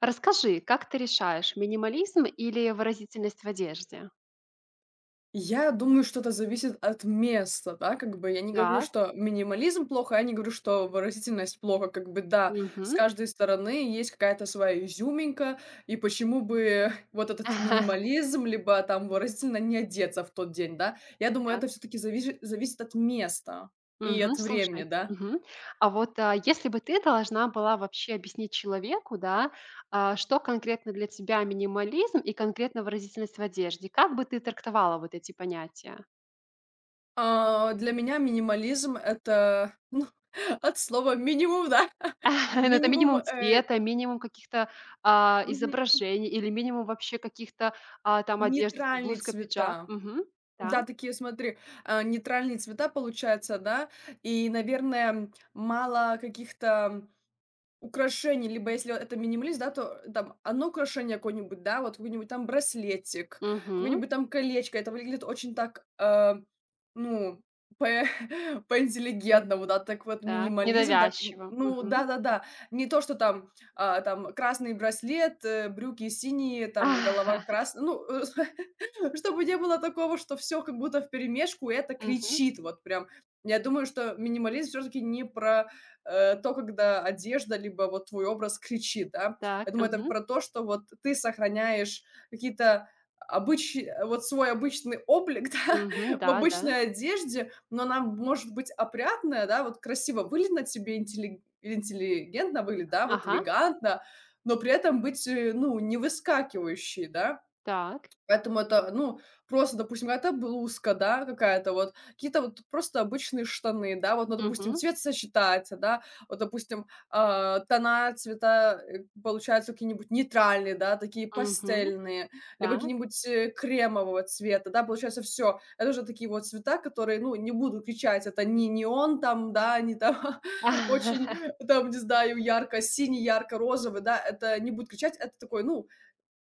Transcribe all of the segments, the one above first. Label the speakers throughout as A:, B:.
A: Расскажи, как ты решаешь: минимализм или выразительность в одежде?
B: Я думаю, что это зависит от места, да, как бы. Я не говорю,
A: Так.
B: что минимализм плохо, я не говорю, что выразительность плохо. Как бы да, с
A: Мгм.
B: каждой стороны есть какая-то своя изюминка, и почему бы вот этот минимализм, либо там выразительно не одеться в тот день, да. Я думаю,
A: Да.
B: это все-таки зависит от места и
A: Мгм.
B: от времени,
A: Слушай.
B: да.
A: Мгм. А вот, если бы ты должна была вообще объяснить человеку, да, что конкретно для тебя минимализм и конкретно выразительность в одежде, как бы ты трактовала вот эти понятия?
B: А, для меня минимализм это ну, от слова минимум, да.
A: Ну, это
B: Минимум
A: минимум цвета, минимум каких-то,
B: мгм,
A: изображений или минимум вообще каких-то, там одежды, типа
B: нейтральные
A: блузка, пиджак.
B: цвета.
A: Мгм. Так.
B: Да, такие, смотри, нейтральные цвета получаются, да, и, наверное, мало каких-то украшений, либо если это минималист, да, то там одно украшение какое-нибудь, да, вот какой-нибудь там браслетик,
A: Мгм.
B: какое-нибудь там колечко. Это выглядит очень так, ну, по по-интеллигентному, да, так вот
A: Так,
B: минимализм, так,
A: ненавязчиво.
B: ну
A: Мгм.
B: да-да-да. Не то, что там, там красный браслет, брюки синие, там голова красная, ну, чтобы не было такого, что все как будто вперемешку, и это
A: Мгм.
B: кричит вот прям. Я думаю, что минимализм все таки не про то, когда одежда либо вот твой образ кричит, да.
A: Так.
B: Я думаю, это
A: Мгм.
B: про то, что вот ты сохраняешь какие-то вот свой обычный облик,
A: Мгм.
B: да, в
A: Да, да.
B: обычной одежде, но она может быть опрятная, да, вот красиво выглядит на тебе, интеллигентно выглядит, да, вот
A: Ага.
B: элегантно, но при этом быть, ну, не выскакивающей, да.
A: Так.
B: Поэтому это, ну, просто, допустим, какая-то блузка, да, какая-то вот, какие-то вот просто обычные штаны, да, вот, ну, допустим,
A: Мгм.
B: цвет сочетается, да, вот, допустим, тона, цвета получаются какие-нибудь нейтральные, да, такие
A: Мгм.
B: пастельные, либо
A: Так.
B: какие-нибудь кремового цвета, да, получается все. Это уже такие вот цвета, которые, ну, не буду кричать, это не неон там, да, не там очень, там, не знаю, ярко-синий, ярко-розовый, да, это не буду кричать, это такой, ну,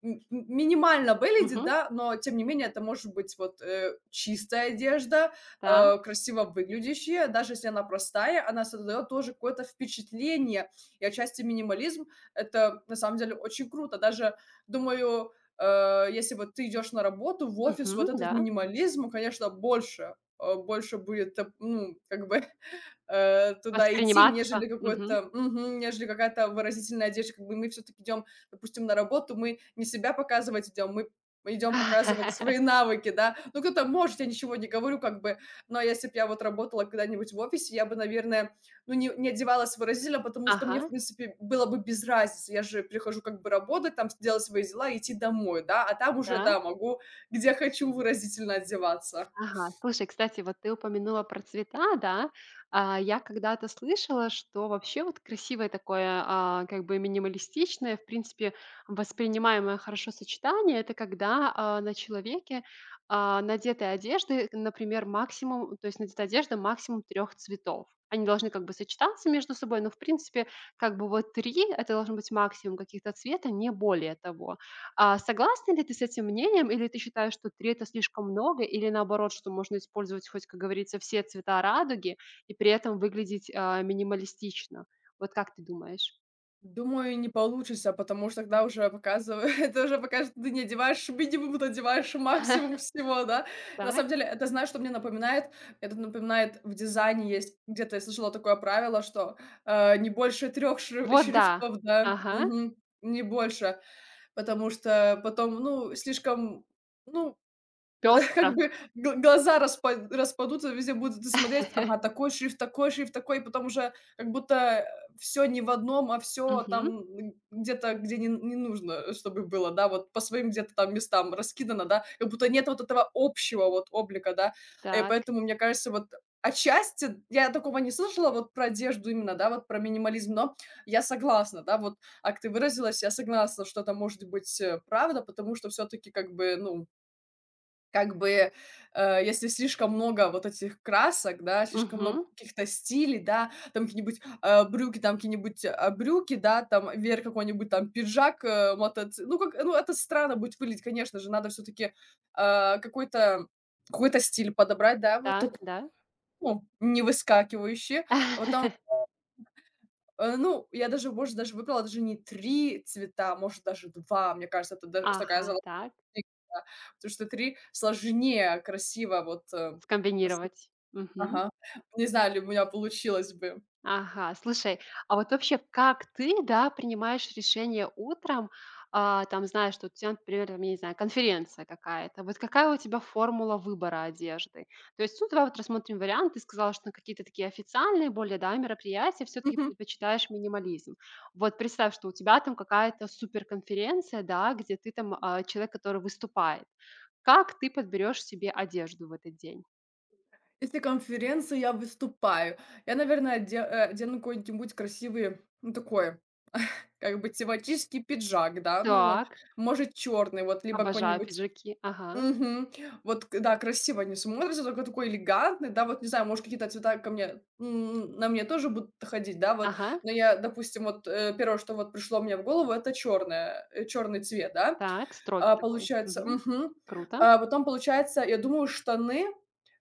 B: Минимально выглядит,
A: Мгм.
B: да, но тем не менее это может быть вот, чистая одежда,
A: Так.
B: красиво выглядящая, даже если она простая, она создает тоже какое-то впечатление. И отчасти минимализм — это на самом деле очень круто. Даже, думаю, если вот ты идешь на работу, в офис,
A: Мгм.
B: вот этот
A: Да.
B: минимализм, конечно, больше, больше будет, ну, как бы туда идти,
A: Восприниматься.
B: нежели
A: Мгм.
B: нежели какая-то выразительная одежда. Как бы мы все таки идем, допустим, на работу, мы не себя показывать идем, мы идем показывать свои навыки, да. Ну, кто-то может, я ничего не говорю как бы, но если бы я вот работала когда-нибудь в офисе, я бы, наверное, ну, не одевалась выразительно, потому что мне, в
A: Ага.
B: принципе, было бы без разницы. Я же прихожу как бы работать, там делать свои дела и идти домой, да, а там уже,
A: Так.
B: да, могу где хочу выразительно одеваться.
A: Ага. Слушай, кстати, вот ты упомянула про цвета, да. А, я когда-то слышала, что вообще вот красивое такое, а, как бы минималистичное, в принципе, воспринимаемое хорошо сочетание - это когда, на человеке, надеты одежды, например, максимум, то есть надета одежда максимум трех цветов. Они должны как бы сочетаться между собой, но, в принципе, как бы вот три, это должен быть максимум каких-то цвета, не более того. А согласна ли ты с этим мнением, или ты считаешь, что три это слишком много, или наоборот, что можно использовать хоть, как говорится, все цвета радуги и при этом выглядеть, минималистично? Вот как ты думаешь?
B: Думаю, не получится, потому что тогда уже показываю, это уже покажет, ты не одеваешь минимум, ты одеваешь максимум всего, да. На
A: Так.
B: самом деле, это знаешь, что мне напоминает? Это напоминает, в дизайне есть, где-то я слышала такое правило, что, не больше трех
A: Вот да.
B: шрифтов, да,
A: Ага.
B: не больше, потому что потом, ну, слишком, ну,
A: Пестро.
B: как бы гл глаза распадутся, везде будут смотреть: "Ага, такой шрифт, такой шрифт, такой". Потом уже как будто все не в одном, а все
A: Мгм.
B: там н где-то, где не нужно, чтобы было, да, вот по своим где-то там местам раскидано, да, как будто нет вот этого общего вот облика, да.
A: Так.
B: Поэтому, мне кажется, вот отчасти я такого не слышала вот про одежду именно, да, вот про минимализм, но я согласна, да, вот как ты выразилась, я согласна, что это может быть, правда, потому что все таки как бы, ну, как бы, если слишком много вот этих красок, да, слишком много
A: Мгм.
B: каких-то стилей, да, там какие-нибудь, брюки, там какие-нибудь, брюки, да, там верх какой-нибудь, там пиджак, э, мотоци ну, как, ну, это странно будет выглядеть, конечно же, надо все таки какой-то какой-то стиль подобрать, да, вот
A: Так, да.
B: такому, не выскакивающий. Вот там, ну, я даже, может, даже выбрала даже не 3 цвета, может, даже 2, мне кажется, это даже такая
A: Ага,
B: зала
A: так.
B: да, потому что 3 сложнее красиво вот, э, с
A: Скомбинировать. Мгм.
B: ага. Не знаю, ли у меня получилось бы.
A: Ага, слушай, а вот вообще, как ты, да, принимаешь решение утром? А, там, знаешь, что у тебя, например, там, я не знаю, конференция какая-то. Вот какая у тебя формула выбора одежды? То есть, ну, давай вот рассмотрим вариант. Ты сказала, что на какие-то такие официальные более, да, мероприятия все-таки
B: Мгм.
A: предпочитаешь минимализм. Вот представь, что у тебя там какая-то суперконференция, да, где ты там человек, который выступает. Как ты подберешь себе одежду в этот день?
B: Если конференции я выступаю, я, наверное, одену какой-нибудь красивый, ну, такой, как бы тематический пиджак, да, ну, вот,
A: Так,
B: может, черный, вот, либо
A: обожаю
B: какой-нибудь.
A: пиджаки. Ага,
B: Мгм. Вот, к да, красиво они смотрятся, только такой элегантный, да, вот, не знаю, может, какие-то цвета ко мне, на мне тоже будут ходить, да, вот.
A: ага.
B: Но я, допустим, вот, 1, что вот пришло мне в голову, это черный цвет, да,
A: Так, строгий такой.
B: получается.
A: Мгм.
B: Мгм.
A: Круто.
B: А потом, получается, я думаю, штаны.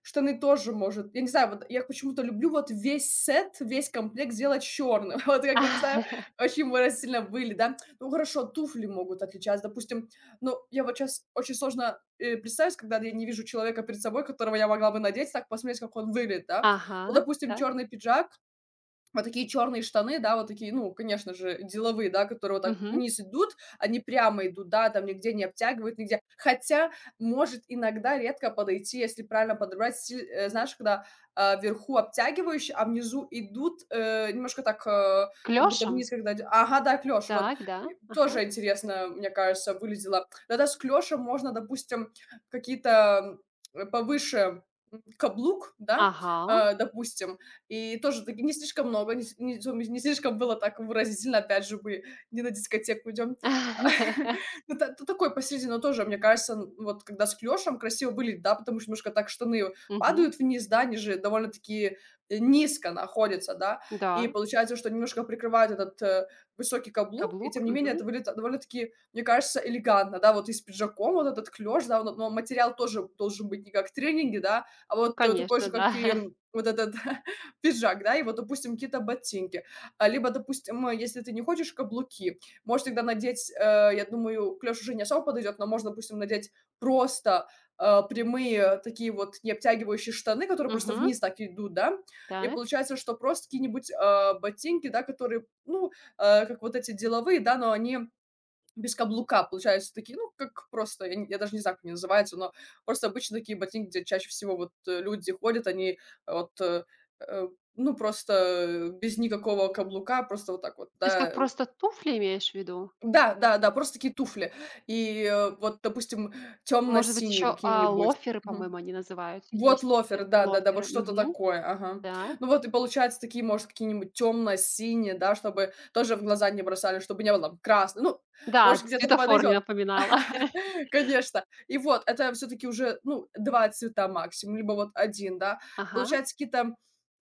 B: Штаны тоже, может, я не знаю, вот я почему-то люблю вот весь сет, весь комплект сделать черным. Вот когда не знаю, очень выразительно были, да. Ну, хорошо, туфли могут отличаться, допустим. Ну, я вот сейчас очень сложно представить, когда я не вижу человека перед собой, которого я могла бы надеть, так посмотреть, как он выглядит, да.
A: Ага,
B: Ну, допустим,
A: так.
B: черный пиджак, вот такие черные штаны, да, вот такие, ну, конечно же, деловые, да, которые вот так
A: Мгм.
B: вниз идут, они прямо идут, да, там нигде не обтягивают, нигде. Хотя может иногда редко подойти, если правильно подобрать стиль, знаешь, когда вверху обтягивающие, а внизу идут немножко так,
A: К
B: как будто
A: лёшам?
B: вниз, ага, да, клеш, вот.
A: Так,
B: И
A: да. Ага.
B: тоже интересно, мне кажется, выглядело. Тогда с клешем можно, допустим, какие-то повыше каблук, да,
A: Ага.
B: допустим, и тоже таки не слишком много, не слишком было так выразительно. Опять же, мы не на дискотеку идем. Ну, такой посередине, но тоже, мне кажется, н вот когда с клешем красиво были, да, потому что немножко так штаны
A: Мгм.
B: падают вниз, да, они же довольно-таки, низко находятся, да. И
A: Да.
B: получается, что немножко прикрывают этот, высокий каблук, и
A: Каблук.
B: тем не менее
A: Мгм.
B: это выглядит довольно-таки, мне кажется, элегантно, да. Вот и с пиджаком вот этот клеш, да, но материал тоже должен быть не как тренинги, да, а
A: Ну,
B: вот такой
A: конечно,
B: же,
A: да.
B: как и вот этот пиджак, да, и вот, допустим, какие-то ботинки. А, либо, допустим, если ты не хочешь каблуки, можешь тогда надеть, я думаю, клеш уже не особо подойдет, но можно, допустим, надеть просто прямые такие вот не обтягивающие штаны, которые просто
A: Мгм.
B: вниз так идут, да, и
A: Так.
B: получается, что просто какие-нибудь ботинки, да, которые, ну, как вот эти деловые, да, но они без каблука, получается, такие, ну, как просто, я даже не знаю, как они называются, но просто обычно такие ботинки, где чаще всего вот, люди ходят, они вот, э, э, ну, просто без никакого каблука, просто вот так вот,
A: То есть
B: да.
A: как просто туфли имеешь в виду?
B: Да, да, да, просто такие туфли. И, вот, допустим,
A: Может быть,
B: темно-синие
A: еще
B: какие-нибудь.
A: лоферы, по-моему, они называются.
B: Вот
A: Есть
B: лофер,
A: такие
B: да-да-да, вот
A: лоферы.
B: что-то
A: Мгм.
B: такое, ага.
A: Так.
B: Ну вот и получается такие, может, какие-нибудь темно-синие, да, чтобы тоже в глаза не бросали, чтобы не было там красный, ну, может,
A: Да,
B: где-то
A: светофор не
B: подойдет.
A: напоминала.
B: Конечно. И вот это все-таки уже, ну, 2 цвета максимум, либо вот один, да.
A: Ага,
B: Получается, какие-то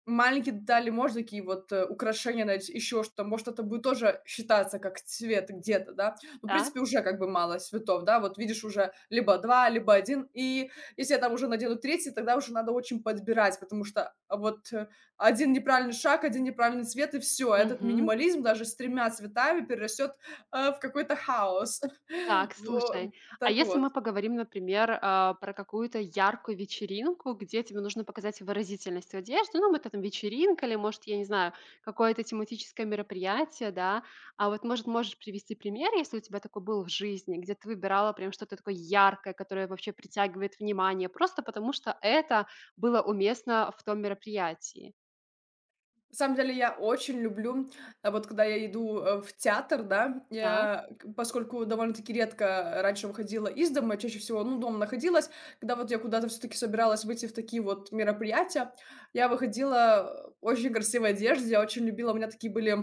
B: маленькие детали, может, такие вот украшения, найти, еще что-то, может, это будет тоже считаться как цвет где-то, да. Ну, в принципе,
A: так.
B: уже как бы мало цветов, да, вот видишь уже либо 2, либо один, и если я там уже надену третий, тогда уже надо очень подбирать, потому что один неправильный шаг, один неправильный цвет, и все. Этот
A: Мгм.
B: минимализм даже с тремя цветами перерастет в какой-то хаос.
A: Так, слушай,
B: Во-
A: а
B: Так
A: если
B: вот.
A: мы поговорим, например, про какую-то яркую вечеринку, где тебе нужно показать выразительность в одежде, ну, это там вечеринка или, может, я не знаю, какое-то тематическое мероприятие, да, а вот, может, можешь привести пример, если у тебя такой был в жизни, где ты выбирала прям что-то такое яркое, которое вообще притягивает внимание, просто потому что это было уместно в том мероприятии.
B: На самом деле я очень люблю, вот когда я иду, в театр, да,
A: Так,
B: я, к поскольку довольно-таки редко раньше выходила из дома, чаще всего, ну, дома находилась, когда вот я куда-то все таки собиралась выйти в такие вот мероприятия, я выходила в очень красивой одежде, я очень любила, у меня такие были,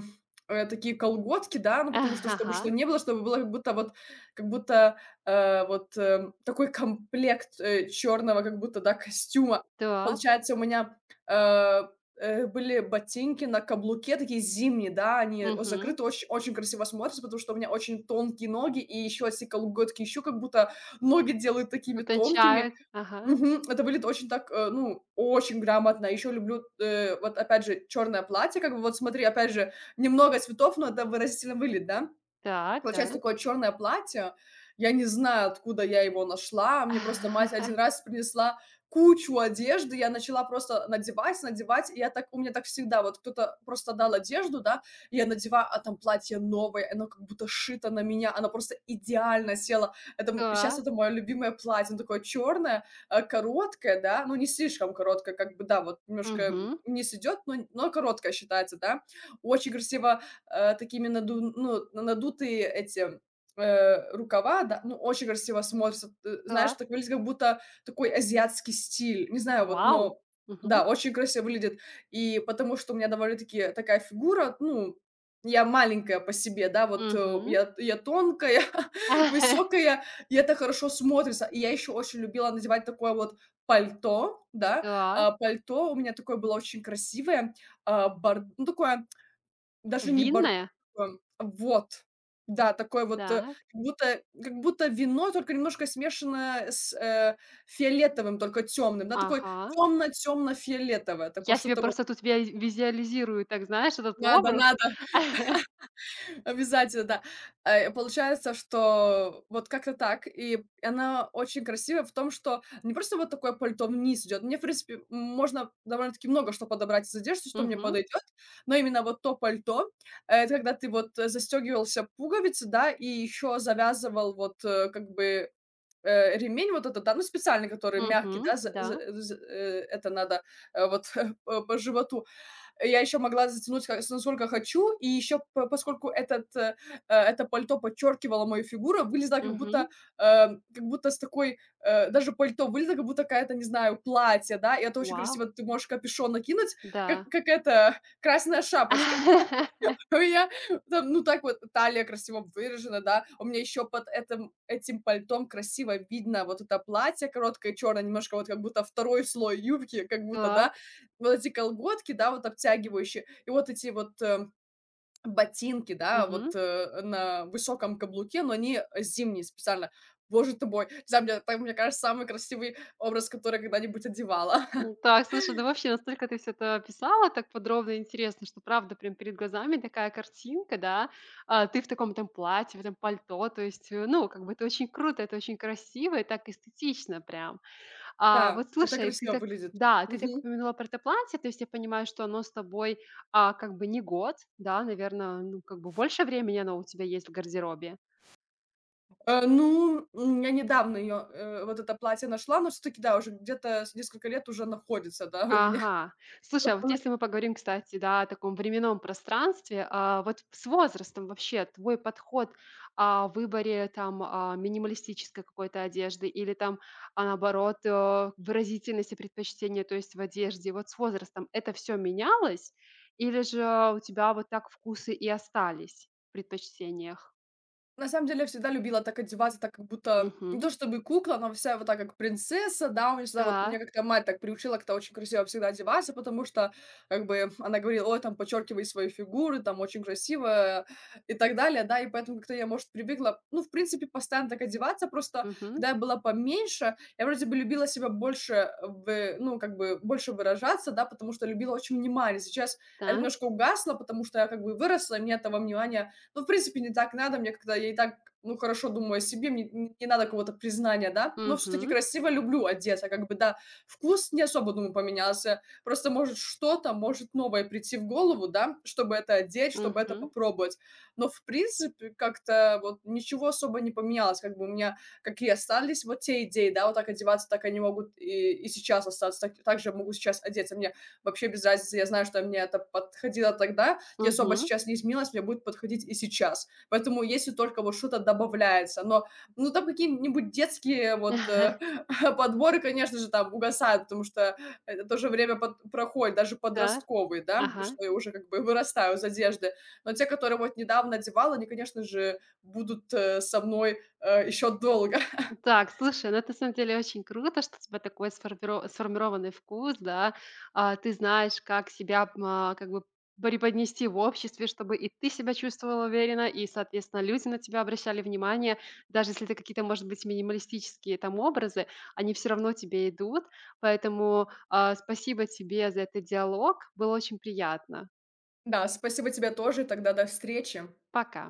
B: такие колготки, да, ну, потому что, чтобы что
A: ага,
B: не было, чтобы было как будто вот, как будто, вот, такой комплект, черного как будто, да, костюма.
A: так,
B: Получается, у меня, э были ботинки на каблуке, такие зимние, да, они о
A: угу,
B: закрыты, оч очень красиво смотрятся, потому что у меня очень тонкие ноги, и еще эти колготки еще как будто ноги делают такими тонкими.
A: утончают, ага,
B: Мгм. Это выглядит очень так, ну, очень грамотно. Еще люблю, вот опять же, черное платье, как бы вот смотри, опять же, немного цветов, но это выразительно выглядит, да?
A: так,
B: Получается
A: да.
B: такое черное платье. Я не знаю, откуда я его нашла. Мне просто мать один раз принесла кучу одежды. Я начала просто надевать, надевать. И я так, у меня так всегда. Вот кто-то просто дал одежду, да, и я надеваю, а там платье новое, оно как будто шито на меня, оно просто идеально село. Это, м, щас
A: Так.
B: это мое любимое платье, оно такое черное, короткое, да, ну, не слишком короткое, как бы, да, вот немножко,
A: Мгм.
B: вниз идет, но короткое считается, да. Очень красиво э, такими наду ну, надутые эти, рукава, да, ну, очень красиво смотрится. Ты знаешь,
A: Так.
B: так выглядит, как будто такой азиатский стиль. Не знаю, вот,
A: Вау!
B: но
A: Мгм.
B: да, очень красиво выглядит. И потому что у меня довольно-таки такая фигура, ну, я маленькая по себе, да, вот,
A: Мгм.
B: я тонкая, высокая, и это хорошо смотрится. И я еще очень любила надевать такое вот пальто, да.
A: Так.
B: А, пальто у меня такое было очень красивое, а, борд ну, такое даже не бордо
A: Винная?
B: такое, вот. Да, такое вот,
A: Так.
B: как будто вино, только немножко смешанное с, фиолетовым, только темным. Да, такой
A: Ага.
B: темно-темно фиолетовое такое
A: Я себе
B: что-то вот
A: просто тут виа визуализирую, так, знаешь, этот
B: надо
A: образ.
B: надо. Обязательно, да. Получается, что вот как-то так. И она очень красивая в том, что не просто вот такое пальто вниз идет. Мне, в принципе, можно довольно-таки много что подобрать из одежды, что мне
A: Мгм.
B: подойдет. Но именно вот то пальто, это когда ты вот застегивался пуговицы, да, и еще завязывал вот как бы ремень вот этот, да, ну, специальный, который
A: Мгм.
B: мягкий, да, за-
A: Да.
B: за- за- это надо вот по животу я еще могла затянуть насколько хочу, и еще поскольку это пальто подчеркивало мою фигуру, вылезла как будто,
A: Мгм.
B: э, как будто с такой, даже пальто вылезла как будто какая-то, не знаю, платье, да, и это очень
A: Вау.
B: красиво, ты можешь капюшон накинуть,
A: Да.
B: как это, красная шапочка, Я там, ну, так вот талия красиво выражена, да. У меня еще под этом этим пальтом красиво видно вот это платье короткое черное, немножко вот как будто второй слой юбки, как будто,
A: Так.
B: да. Вот эти колготки, да, вот обтягивающие, и вот эти вот, ботинки, да,
A: Мгм.
B: вот, на высоком каблуке, но они зимние специально. Боже ты мой, не знаю, мне так, мне кажется, самый красивый образ, который я когда-нибудь одевала.
A: Ну так, слушай, ну вообще настолько ты все это описала так подробно и интересно, что правда прям перед глазами такая картинка, да. А, ты в таком там платье, в этом пальто, то есть, ну, как бы это очень круто, это очень красиво и так эстетично прям. А,
B: Да,
A: вот
B: это
A: слушай, ты
B: красиво
A: так
B: выглядит.
A: да, ты так упомянула про это платье, то есть я понимаю, что оно с тобой, как бы не год, да, наверное, ну, как бы больше времени оно у тебя есть в гардеробе.
B: Ну, м, я недавно ее, вот это платье нашла, но все таки да, уже где-то с несколько лет уже находится, да, у меня.
A: Ага. Слушай, а вот если мы поговорим, кстати, да, о таком временном пространстве, вот с возрастом вообще твой подход в выборе там минималистической какой-то одежды или там, наоборот, выразительности предпочтения, то есть в одежде, вот с возрастом это все менялось или же у тебя вот так вкусы и остались в предпочтениях?
B: На самом деле, я всегда любила так одеваться, так как будто не то
A: Угу.
B: чтобы кукла, но вся вот так как принцесса, да, у меня всегда вот,
A: Так.
B: меня как-то мать так приучила как-то очень красиво всегда одеваться, потому что, как бы, она говорила: "Ой, там подчеркивай свою фигуру, там очень красиво", и так далее, да, и поэтому как-то я, может, привыкла, ну, в принципе, постоянно так одеваться, просто
A: Угу.
B: когда я была поменьше, я вроде бы любила себя больше в ну, как бы, больше выражаться, да, потому что любила очень внимание. Сейчас это
A: Так.
B: немножко угасло, потому что я как бы выросла, и мне этого внимания ну, в принципе, не так надо мне, когда я и так, ну, хорошо думаю о себе, мне н не надо какого-то признания, да. Но все-таки
A: Угу.
B: красиво люблю одеться, как бы, да. Вкус не особо, думаю, поменялся. Просто, может, что-то может новое прийти в голову, да, чтобы это одеть, чтобы это
A: Угу.
B: попробовать. Но, в принципе, как-то вот ничего особо не поменялось. Как бы у меня какие остались вот те идеи, да, вот так одеваться, так они могут и сейчас остаться, так, так же могу сейчас одеться. Мне вообще без разницы, я знаю, что мне это подходило тогда, я особо
A: Мгм.
B: сейчас не изменилась, мне будет подходить и сейчас. Поэтому если только вот что-то добавляется, но, ну, там какие-нибудь детские вот подборы, конечно же, там угасают, потому что это тоже время под- проходит, даже
A: Так.
B: подростковые, да, потому
A: Ага.
B: что я уже как бы вырастаю из одежды. Но те, которые вот недавно одевала, они, конечно же, будут со мной еще долго.
A: Так, слушай, ну это, на самом деле, очень круто, что у тебя такой сформированный вкус, да. А, ты знаешь, как себя, как бы преподнести в обществе, чтобы и ты себя чувствовала уверенно, и, соответственно, люди на тебя обращали внимание. Даже если это какие-то, может быть, минималистические там образы, они все равно тебе идут. Поэтому, спасибо тебе за этот диалог. Было очень приятно.
B: Да, спасибо тебе тоже, тогда до встречи.
A: Пока.